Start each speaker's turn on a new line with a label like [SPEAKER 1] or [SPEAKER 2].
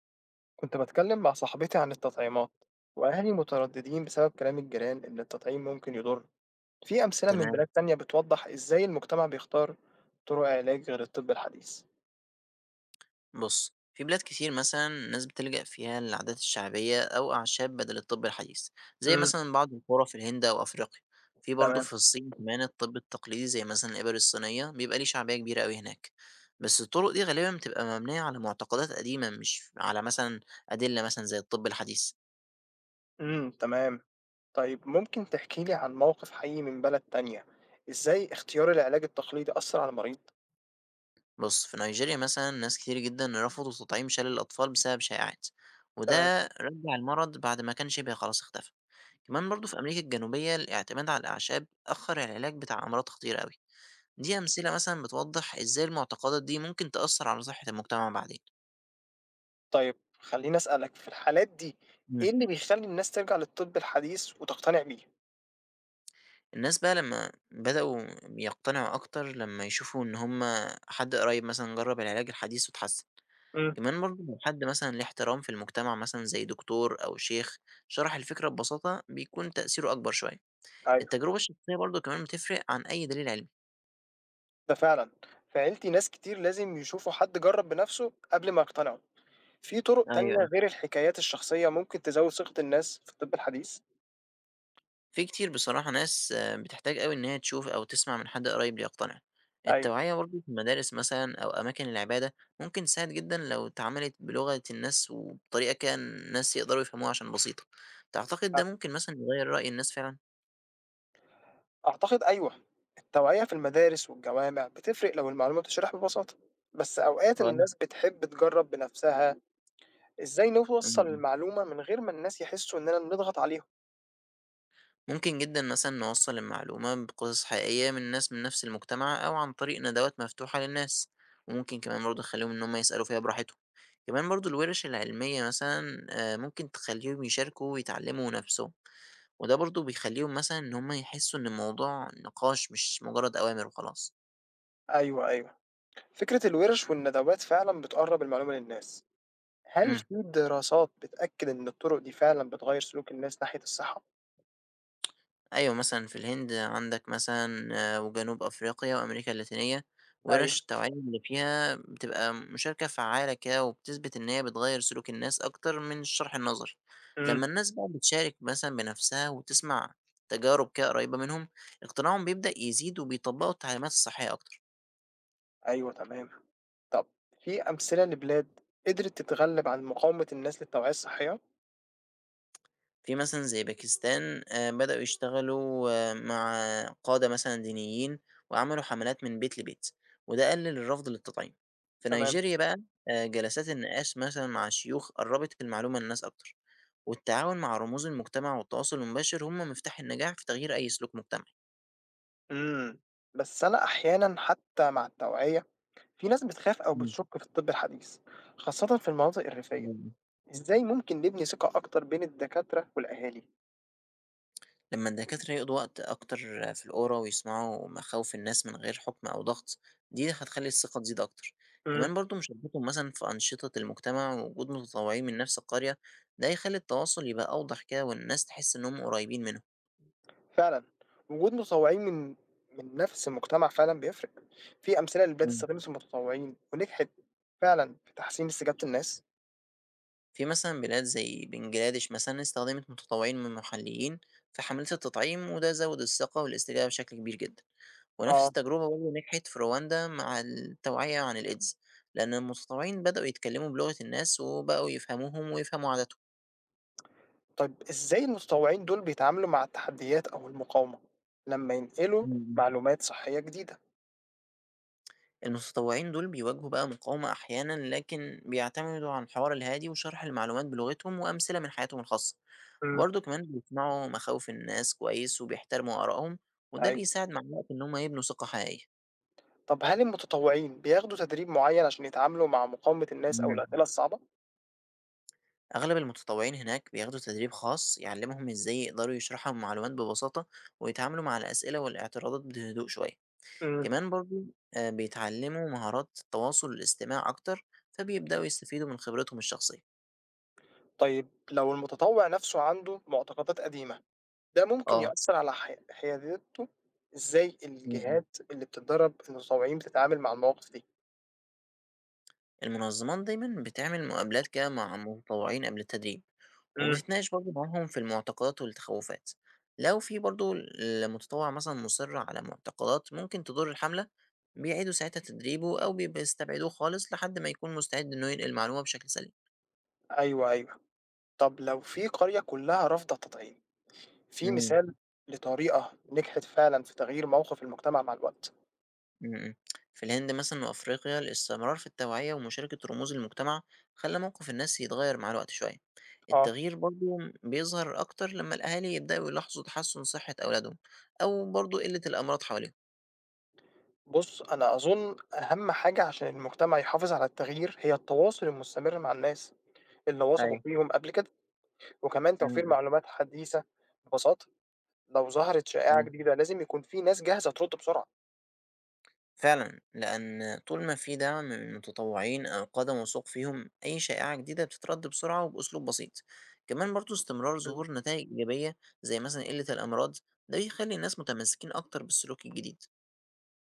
[SPEAKER 1] كنت بتكلم مع صاحبتي عن التطعيمات وأهلي مترددين بسبب كلام الجيران إن التطعيم ممكن يضر. في أمثلة من
[SPEAKER 2] تمام.
[SPEAKER 1] بلاد تانية بتوضح إزاي المجتمع بيختار طرق علاج غير الطب الحديث؟
[SPEAKER 2] بص في بلاد كتير مثلا الناس بتلجأ فيها للعادات الشعبية أو أعشاب بدل الطب الحديث زي
[SPEAKER 1] امم
[SPEAKER 2] مثلا بعض القرى في الهند أو أفريقيا. في برضه
[SPEAKER 1] تمام.
[SPEAKER 2] في الصين كمان الطب التقليدي زي مثلا الإبر الصينية بيبقى ليه شعبية كبيرة أوي هناك. بس الطرق دي غالبا بتبقى مبنية على معتقدات قديمة مش على مثلا أدلة مثلا زي الطب الحديث.
[SPEAKER 1] تمام. طيب ممكن تحكي لي عن موقف حقيقي من بلد تانية، إزاي اختيار العلاج التقليدي أثر على المريض؟
[SPEAKER 2] بص في نيجيريا مثلا ناس كتير جدا رفضوا تطعيم شلل الأطفال بسبب شائعات،
[SPEAKER 1] تمام.
[SPEAKER 2] وده رجع المرض بعد ما كان شبه خلاص اختفى. كمان برضه في أمريكا الجنوبية الاعتماد على الأعشاب أخر العلاج بتاع أمراض خطيرة أوي. دي أمثلة مثلا بتوضح إزاي المعتقدات دي ممكن تأثر على صحة المجتمع بعدين.
[SPEAKER 1] طيب خليني أسألك في الحالات دي، إيه
[SPEAKER 2] مم.
[SPEAKER 1] اللي بيخلي الناس ترجع للطب الحديث وتقتنع بيه؟
[SPEAKER 2] الناس بقى لما بدأوا يقتنعوا أكتر لما يشوفوا إن هما حد قريب مثلا جرب العلاج الحديث واتحسن.
[SPEAKER 1] امم.
[SPEAKER 2] كمان برضه لو حد مثلا ليه احترام في المجتمع مثلا زي دكتور أو شيخ شرح الفكرة ببساطة بيكون تأثيره أكبر شوية. التجربة الشخصية برضه كمان بتفرق عن أي دليل علمي.
[SPEAKER 1] ده فعلًا. في عيلتي ناس كتير لازم يشوفوا حد جرّب بنَفْسه قبل ما يقتنعوا. في طُرق تانية
[SPEAKER 2] أيوه،
[SPEAKER 1] غير الحكايات الشخصية ممكن تزوّد ثقة الناس في الطب الحديث؟
[SPEAKER 2] في كتير بصراحة ناس بتحتاج أوي إن هي تشوف أو تسمع من حد قريب ليقتنع.
[SPEAKER 1] أيوه.
[SPEAKER 2] التوعية برضه في المدارس مثلًا أو أماكن العبادة ممكن تساعد جدًا لو اتعملت بلغة الناس وبطريقة كده الناس يقدروا يفهموها عشان بسيطة. تعتقد
[SPEAKER 1] أ
[SPEAKER 2] ده ممكن مثلًا يغيّر رأي الناس فعلًا؟
[SPEAKER 1] أعتقد أيوه. التوعية في المدارس والجوامع بتفرق لو المعلومة بتشرح ببساطة، بس أوقات
[SPEAKER 2] طيب.
[SPEAKER 1] الناس بتحب تجرّب بنَفْسها. إزاي
[SPEAKER 2] إمم،
[SPEAKER 1] نوصّل
[SPEAKER 2] إمم.
[SPEAKER 1] المعلومة من غير ما الناس يحسّوا إننا بنضغط عليهم؟
[SPEAKER 2] ممكن جدًا مثلًا نوصّل المعلومة بقصص حقيقية من ناس من نفس المجتمع أو عن طريق ندوات مفتوحة للناس، وممكن كمان برضه نخلّيهم إن هم يسألوا فيها براحتهم. كمان برضه الورش العلمية مثلًا ممكن تخلّيهم يشاركوا ويتعلّموا نَفْسهم، وده برضه بيخلّيهم مثلًا إن هم يحسّوا إن الموضوع نقاش مش مُجرّد أوامر وخلاص.
[SPEAKER 1] أيوه، أيوه. فكرة الوِرِش والندوات فعلًا بتقرّب المعلومة للناس. هل
[SPEAKER 2] إمم.
[SPEAKER 1] في دراسات بتأكد إن الطُرق دي فعلًا بتغيّر سلوك الناس ناحية الصحة؟
[SPEAKER 2] أيوه مثلًا في الهند عندك مثلًا وجنوب أفريقيا وأمريكا اللاتينية،
[SPEAKER 1] أيوه،
[SPEAKER 2] ورش التوعية اللي فيها بتبقى مشاركة فعّالة كده وبتثبت إن هي بتغيّر سلوك الناس أكتر من الشرح النظري.
[SPEAKER 1] إمم.
[SPEAKER 2] لمّا الناس بقى بتشارك مثلًا بنَفْسها وتسمع تجارب كده قريّبة منهم، اقتناعهم بيبدأ يزيد وبيطبّقوا التعليمات الصحية أكتر.
[SPEAKER 1] أيوه تمام. طب في أمثلة لبلاد قدرت تتغلب عن مقاومة الناس للتوعية الصحية؟
[SPEAKER 2] في مثلًا زي باكستان بدأوا يشتغلوا مع قادة مثلًا دينيين، وعملوا حملات من بيت لبيت، وده قلل الرفض للتطعيم. في
[SPEAKER 1] تمام،
[SPEAKER 2] نيجيريا بقى جلسات النقاش مثلًا مع شيوخ قربت المعلومة للناس أكتر، والتعاون مع رموز المجتمع والتواصل المباشر هم مفتاح النجاح في تغيير أي سلوك مجتمعي.
[SPEAKER 1] إمم. بس أنا أحيانًا حتى مع التوعية، في ناس بتخاف أو
[SPEAKER 2] إمم،
[SPEAKER 1] بتشُك في الطب الحديث، خاصةً في المناطق الريفية.
[SPEAKER 2] إمم.
[SPEAKER 1] إزاي ممكن نبني ثقة أكتر بين الدكاترة والأهالي؟
[SPEAKER 2] لما الدكاترة يقضوا وقت أكتر في القرى ويسمعوا مخاوف الناس من غير حكم أو ضغط دي هتخلي الثقة تزيد أكتر،
[SPEAKER 1] إمم.
[SPEAKER 2] كمان برضو مشاركتهم مثلا في أنشطة المجتمع ووجود متطوعين من نفس القرية ده هيخلي التواصل يبقى أوضح كده والناس تحس إنهم قريبين منهم.
[SPEAKER 1] فعلًا، وجود متطوعين من نفس المجتمع فعلًا بيفرق. في أمثلة لبلاد
[SPEAKER 2] مم.
[SPEAKER 1] استخدمت المتطوعين ونجحت فعلًا في تحسين استجابة الناس؟
[SPEAKER 2] في مثلا بلاد زي بنجلاديش مثلا استخدمت متطوعين من محليين في حملات التطعيم وده زود الثقة والاستجابة بشكل كبير جدا. ونفس
[SPEAKER 1] آه.
[SPEAKER 2] التجربة برضه نجحت في رواندا مع التوعية عن الإيدز، لأن المتطوعين بدأوا يتكلموا بلغة الناس وبقوا يفهموهم ويفهموا عاداتهم.
[SPEAKER 1] طيب إزاي المتطوعين دول بيتعاملوا مع التحديات أو المقاومة لما ينقلوا
[SPEAKER 2] إمم، إمم.
[SPEAKER 1] معلومات صحية جديدة؟
[SPEAKER 2] المتطوعين دول بيواجهوا بقى مقاومة أحيانًا، لكن بيعتمدوا على الحوار الهادي وشرح المعلومات بلغتهم وأمثلة من حياتهم الخاصة.
[SPEAKER 1] مم.
[SPEAKER 2] برضه كمان بيسمعوا مخاوف الناس كويس وبيحترموا آرائهم، وده
[SPEAKER 1] أيوه،
[SPEAKER 2] بيساعد مع الوقت إن هم يبنوا ثقة حقيقية.
[SPEAKER 1] طب هل المتطوعين بياخدوا تدريب معين عشان يتعاملوا مع مقاومة الناس أو
[SPEAKER 2] إمم.
[SPEAKER 1] الأسئلة الصعبة؟
[SPEAKER 2] أغلب المتطوعين هناك بياخدوا تدريب خاص يعلمهم إزاي يقدروا يشرحوا المعلومات ببساطة ويتعاملوا مع الأسئلة والاعتراضات بهدوء شوية.
[SPEAKER 1] مم.
[SPEAKER 2] كمان برضو بيتعلموا مهارات التواصل والاستماع أكتر فبيبدأوا يستفيدوا من خبرتهم الشخصية.
[SPEAKER 1] طيب لو المتطوع نفسه عنده معتقدات قديمة، ده ممكن
[SPEAKER 2] اه.
[SPEAKER 1] يؤثر على حياديته. إزاي الجهات اللي بتتدرب المتطوعين بتتعامل مع المواقف دي؟
[SPEAKER 2] المنظمات دايما بتعمل مقابلات كده مع متطوعين قبل التدريب
[SPEAKER 1] مم.
[SPEAKER 2] وبتتناقش برضه معاهم في المعتقدات والتخوفات. لو في برضه المتطوع مثلا مصر على معتقدات ممكن تضر الحملة بيعيدوا ساعتها تدريبه أو بيستبعدوه خالص لحد ما يكون مستعد إنه ينقل المعلومة بشكل سليم.
[SPEAKER 1] أيوه أيوه، طب لو في قرية كلها رافضة التطعيم، في
[SPEAKER 2] مم.
[SPEAKER 1] مثال لطريقة نجحت فعلًا في تغيير موقف المجتمع مع الوقت؟
[SPEAKER 2] إمم، إمم. في الهند مثلًا وأفريقيا الاستمرار في التوعية ومشاركة رموز المجتمع خلّى موقف الناس يتغير مع الوقت شوية.
[SPEAKER 1] آه.
[SPEAKER 2] التغيير برضه بيظهر أكتر لمّا الأهالي يبدأوا يلاحظوا تحسُّن صحة أولادهم أو برضه قِلّة الأمراض حواليهم.
[SPEAKER 1] بُص، أنا أظن أهم حاجة عشان المجتمع يحافظ على التغيير هي التواصل المستمر مع الناس اللي وثقوا
[SPEAKER 2] أيوه.
[SPEAKER 1] فيهم قبل كده، وكمان
[SPEAKER 2] إمم،
[SPEAKER 1] توفير
[SPEAKER 2] إمم.
[SPEAKER 1] معلومات حديثة ببساطة. لو ظهرت شائعة
[SPEAKER 2] أيوه.
[SPEAKER 1] جديدة لازم يكون في ناس جاهزة ترد بسرعة.
[SPEAKER 2] فعلًا، لأن طول ما في دعم من المتطوعين أو قادة موثوق فيهم، أي شائعة جديدة بتترد بسرعة وبأسلوب بسيط. كمان برضه استمرار ظهور نتايج إيجابية زي مثلًا قِلّة الأمراض، ده بيخلّي الناس متمسكين أكتر بالسلوك الجديد.